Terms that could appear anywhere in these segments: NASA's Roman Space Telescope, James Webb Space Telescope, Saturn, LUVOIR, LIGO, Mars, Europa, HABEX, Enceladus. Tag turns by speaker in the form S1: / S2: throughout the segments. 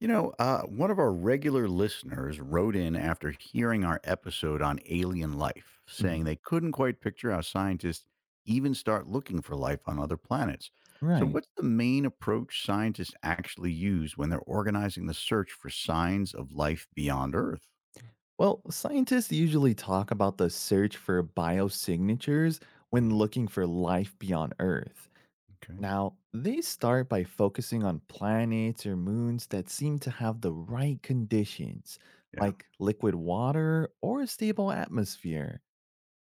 S1: One of our regular listeners wrote in after hearing our episode on alien life, saying
S2: Mhm.
S1: they couldn't quite picture how scientists even start looking for life on other planets. So,
S2: Right.
S1: what's the main approach scientists actually use when they're organizing the search for signs of life beyond Earth?
S2: Well, scientists usually talk about the search for biosignatures when
S1: Mm,
S2: looking for life beyond Earth.
S1: okay.
S2: Now, they start by focusing on planets or moons that seem to have the right conditions,
S1: Yeah.
S2: like liquid water or a stable atmosphere.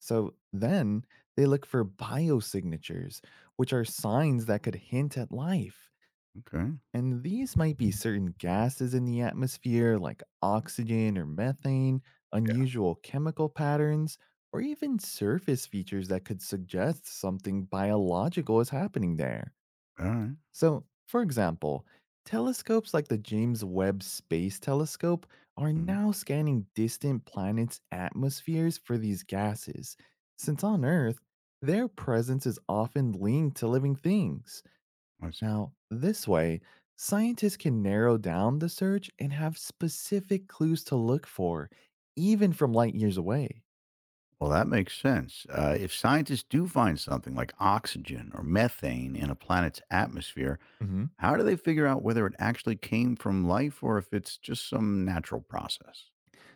S2: So then they look for biosignatures, which are signs that could hint at life.
S1: Okay.
S2: And these might be certain gases in the atmosphere, like oxygen or methane,
S1: Yeah.
S2: unusual chemical patterns, or even surface features that could suggest something biological is happening there.
S1: All right.
S2: So, for example, telescopes like the James Webb Space Telescope are
S1: Mhm.
S2: now scanning distant planets' atmospheres for these gases, since on Earth, their presence is often linked to living things.
S1: I see.
S2: Now, this way, scientists can narrow down the search and have specific clues to look for, even from light years away.
S1: Well, that makes sense. If scientists do find something like oxygen or methane in a planet's atmosphere,
S2: Hmm.
S1: how do they figure out whether it actually came from life or if it's just some natural process?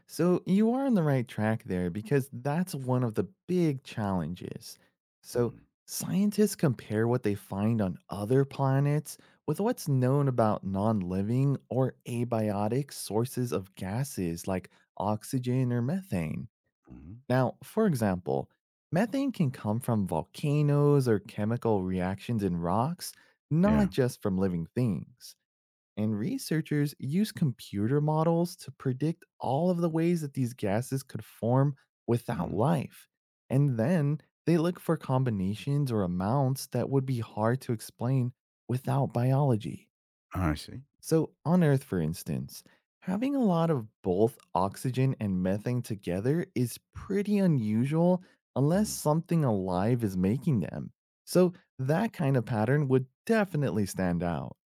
S2: So you are on the right track there because that's one of the big challenges. So
S1: Mhm.
S2: scientists compare what they find on other planets with what's known about non living or abiotic sources of gases like oxygen or methane.
S1: Mhm.
S2: Now, for example, methane can come from volcanoes or chemical reactions in rocks,
S1: Yeah.
S2: not just from living things. And researchers use computer models to predict all of the ways that these gases could form without
S1: Mhm.
S2: life. And then they look for combinations or amounts that would be hard to explain without biology.
S1: I see.
S2: So, on Earth, for instance, having a lot of both oxygen and methane together is pretty unusual unless
S1: Mhm.
S2: something alive is making them. So, that kind of pattern would definitely stand out.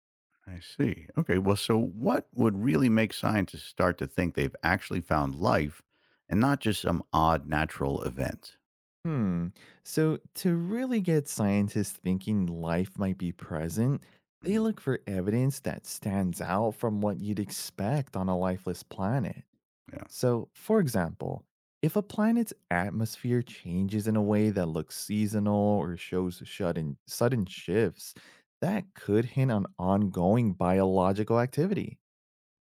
S1: I see. Okay. Well, so what would really make scientists start to think they've actually found life and not just some odd natural event?
S2: Hmm. So, to really get scientists thinking life might be present, they
S1: Mhm.
S2: look for evidence that stands out from what you'd expect on a lifeless planet.
S1: Yeah.
S2: So, for example, if a planet's atmosphere changes in a way that looks seasonal or shows sudden shifts, that could hint on ongoing biological activity.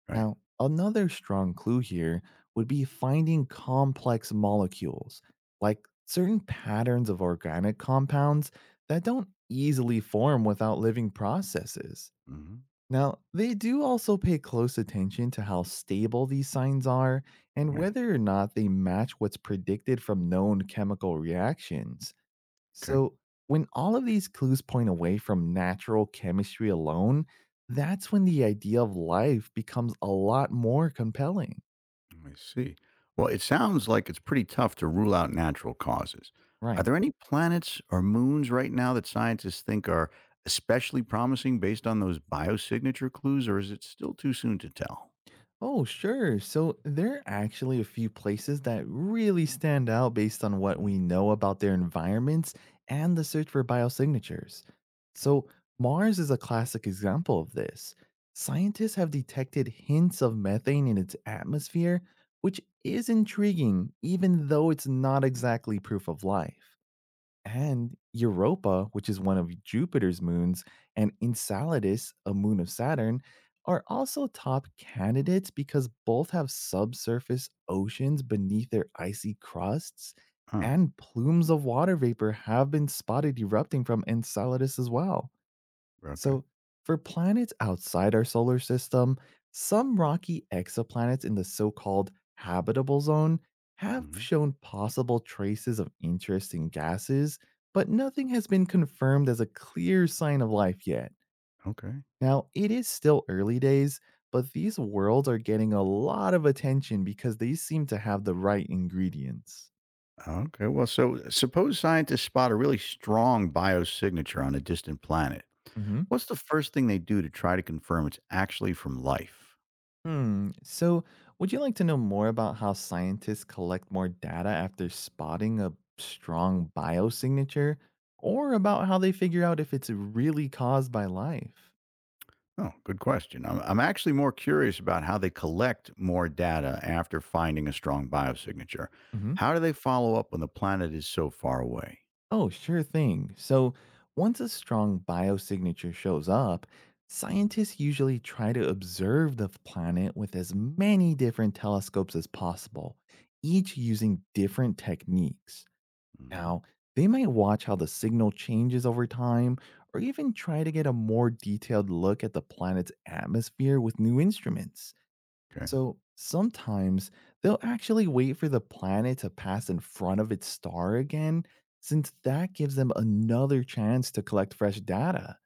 S1: Right.
S2: Now, another strong clue here would be finding complex molecules, like certain patterns of organic compounds that don't easily form without living processes.
S1: Hmm.
S2: Now, they do also pay close attention to how stable these signs are and
S1: Right.
S2: whether or not they match what's predicted from known chemical reactions.
S1: Okay.
S2: So, when all of these clues point away from natural chemistry alone, that's when the idea of life becomes a lot more compelling.
S1: I see. Well, it sounds like it's pretty tough to rule out natural causes. Are
S2: Right.
S1: there any planets or moons right now that scientists think are especially promising based on those biosignature clues, or is it still too soon to tell?
S2: Oh, sure. So there are actually a few places that really stand out based on what
S1: Mm.
S2: we know about their environments and the search for biosignatures. So Mars is a classic example of this. Scientists have detected hints of methane in its atmosphere, which is intriguing, even though it's not exactly proof of life. And Europa, which is one of Jupiter's moons, and Enceladus, a moon of Saturn, are also top candidates because both have subsurface oceans beneath their icy crusts,
S1: Huh.
S2: and plumes of water vapor have been spotted erupting from Enceladus as well.
S1: Okay.
S2: So, for planets outside our solar system, some rocky exoplanets in the so called habitable zone have
S1: Hmm.
S2: shown possible traces of interesting gases, but nothing has been confirmed as a clear sign of life yet.
S1: Okay.
S2: Now, it is still early days, but these worlds are getting a lot of attention because they seem to have the right ingredients.
S1: Okay. Well, suppose scientists spot a really strong biosignature on a distant planet.
S2: Mhm.
S1: What's the first thing they do to try to confirm it's actually from life?
S2: Hmm. So, would you like to know more about how scientists collect more data after spotting a strong biosignature, or about how they figure out if it's really caused by life?
S1: Oh, good question. I'm actually more curious about how they collect more data after finding a strong biosignature.
S2: Hmm.
S1: How do they follow up when the planet is so far away?
S2: Oh, sure thing. So, once a strong biosignature shows up, scientists usually try to observe the planet with as many different telescopes as possible, each using different techniques.
S1: Mm-hmm.
S2: Now, they might watch how the signal changes over time or even try to get a more detailed look at the planet's atmosphere with new instruments.
S1: Okay.
S2: So, sometimes they'll actually wait for the planet to pass in front of its star again, since that gives them another chance to collect fresh data.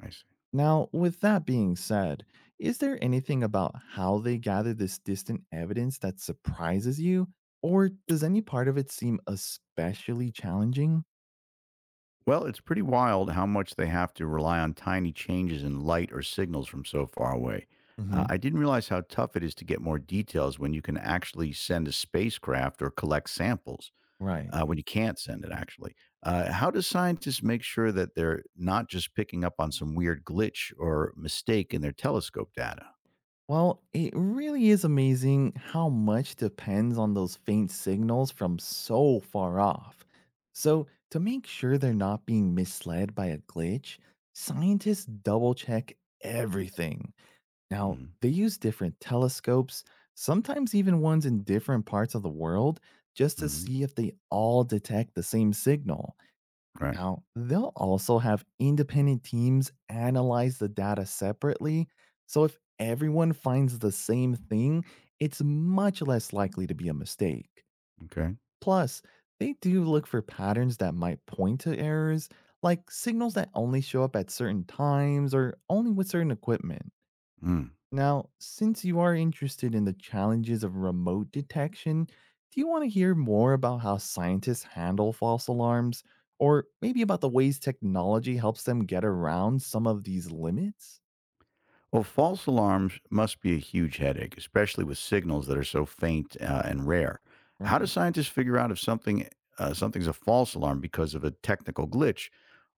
S1: I see.
S2: Now, with that being said, is there anything about how they gather this distant evidence that surprises you? Or does any part of it seem especially challenging?
S1: Well, it's pretty wild how much they have to rely on tiny changes in light or signals from so far away. Uh,
S2: Mhm.
S1: I didn't realize how tough it is to get more details when you can actually send a spacecraft or collect samples.
S2: Right.
S1: When you can't send it actually, how do scientists make sure that they're not just picking up on some weird glitch or mistake in their telescope data?
S2: Well, it really is amazing how much depends on those faint signals from so far off. So, to make sure they're not being misled by a glitch, scientists double check everything. Now,
S1: Mm.
S2: they use different telescopes, sometimes even ones in different parts of the world, just to
S1: Mhm.
S2: see if they all detect the same signal.
S1: Right.
S2: Now, they'll also have independent teams analyze the data separately. So if everyone finds the same thing, it's much less likely to be a mistake.
S1: Okay.
S2: Plus, they do look for patterns that might point to errors, like signals that only show up at certain times or only with certain equipment.
S1: Mm.
S2: Now, since you are interested in the challenges of remote detection, do you want to hear more about how scientists handle false alarms? Or maybe about the ways technology helps them get around some of these limits?
S1: Well, false alarms must be a huge headache, especially with signals that are so faint and rare. How do
S2: Right.
S1: scientists figure out if something's a false alarm because of a technical glitch,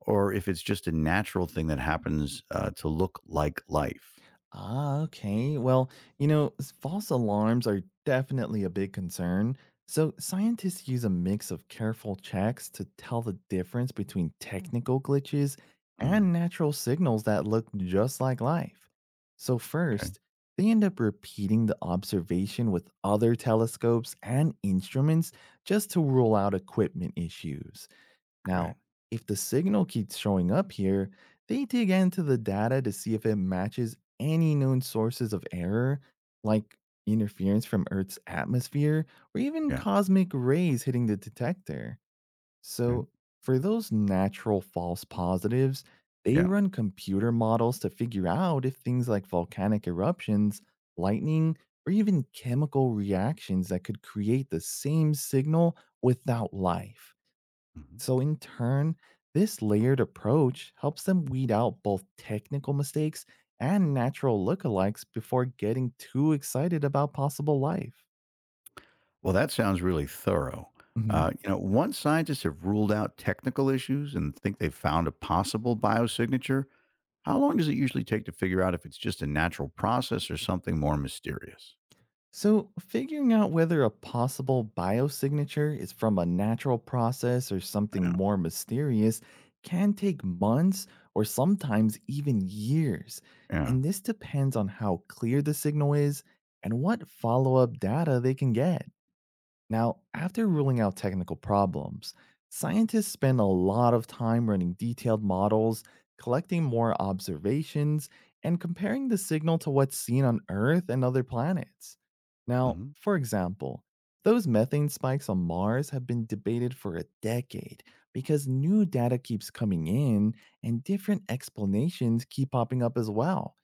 S1: or if it's just a natural thing that happens to look like life?
S2: Ah, okay. Well, false alarms are definitely a big concern. So, scientists use a mix of careful checks to tell the difference between technical glitches
S1: Mm.
S2: and natural signals that look just like life. So,
S1: Okay.
S2: first, they end up repeating the observation with other telescopes and instruments just to rule out equipment issues.
S1: Right.
S2: Now, if the signal keeps showing up here, they dig into the data to see if it matches any known sources of error, like interference from Earth's atmosphere or even
S1: Yeah.
S2: cosmic rays hitting the detector.
S1: Okay.
S2: So, for those natural false positives, they
S1: Yeah.
S2: run computer models to figure out if things like volcanic eruptions, lightning, or even chemical reactions that could create the same signal without life.
S1: Mhm.
S2: So, in turn, this layered approach helps them weed out both technical mistakes and natural lookalikes before getting too excited about possible life.
S1: Well, that sounds really thorough.
S2: Hmm.
S1: Once scientists have ruled out technical issues and think they've found a possible biosignature, how long does it usually take to figure out if it's just a natural process or something more mysterious?
S2: So, figuring out whether a possible biosignature is from a natural process or something
S1: Yeah.
S2: more mysterious can take months or sometimes even years.
S1: Yeah.
S2: And this depends on how clear the signal is and what follow up data they can get. Now, after ruling out technical problems, scientists spend a lot of time running detailed models, collecting more observations, and comparing the signal to what's seen on Earth and other planets. Now,
S1: Hmm.
S2: for example, those methane spikes on Mars have been debated for a decade because new data keeps coming in and different explanations keep popping up as well.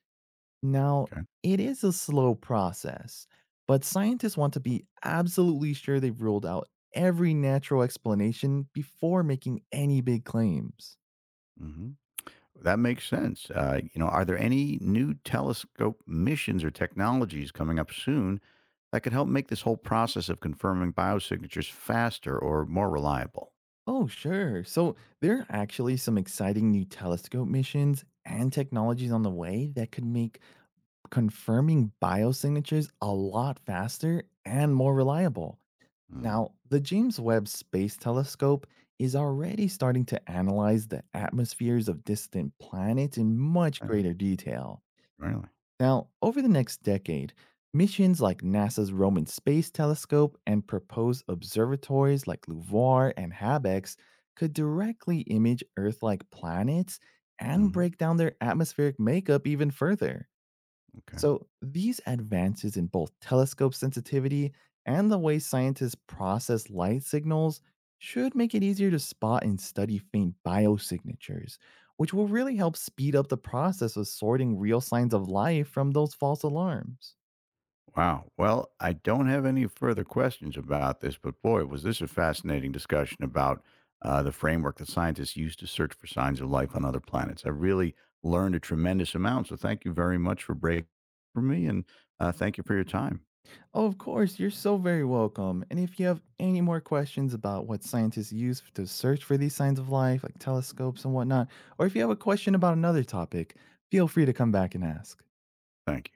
S2: Now,
S1: Okay.
S2: it is a slow process, but scientists want to be absolutely sure they've ruled out every natural explanation before making any big claims.
S1: Hmm. That makes sense. Are there any new telescope missions or technologies coming up soon that could help make this whole process of confirming biosignatures faster or more reliable?
S2: Oh, sure. So, there are actually some exciting new telescope missions and technologies on the way that could make confirming biosignatures a lot faster and more reliable.
S1: Mm.
S2: Now, the James Webb Space Telescope is already starting to analyze the atmospheres of distant planets in much
S1: Yeah.
S2: greater detail.
S1: Really.
S2: Now, over the next decade, missions like NASA's Roman Space Telescope and proposed observatories like LUVOIR and HABEX could directly image Earth like planets and
S1: Hmm.
S2: break down their atmospheric makeup even further.
S1: Okay.
S2: So, these advances in both telescope sensitivity and the way scientists process light signals should make it easier to spot and study faint biosignatures, which will really help speed up the process of sorting real signs of life from those false alarms.
S1: Wow. Well, I don't have any further questions about this, but boy, was this a fascinating discussion about the framework that scientists use to search for signs of life on other planets. I really learned a tremendous amount. So thank you very much for breaking for me, and thank you for your time.
S2: Oh, of course, you're so very welcome. And if you have any more questions about what scientists use to search for these signs of life, like telescopes and whatnot, or if you have a question about another topic, feel free to come back and ask.
S1: Thank you.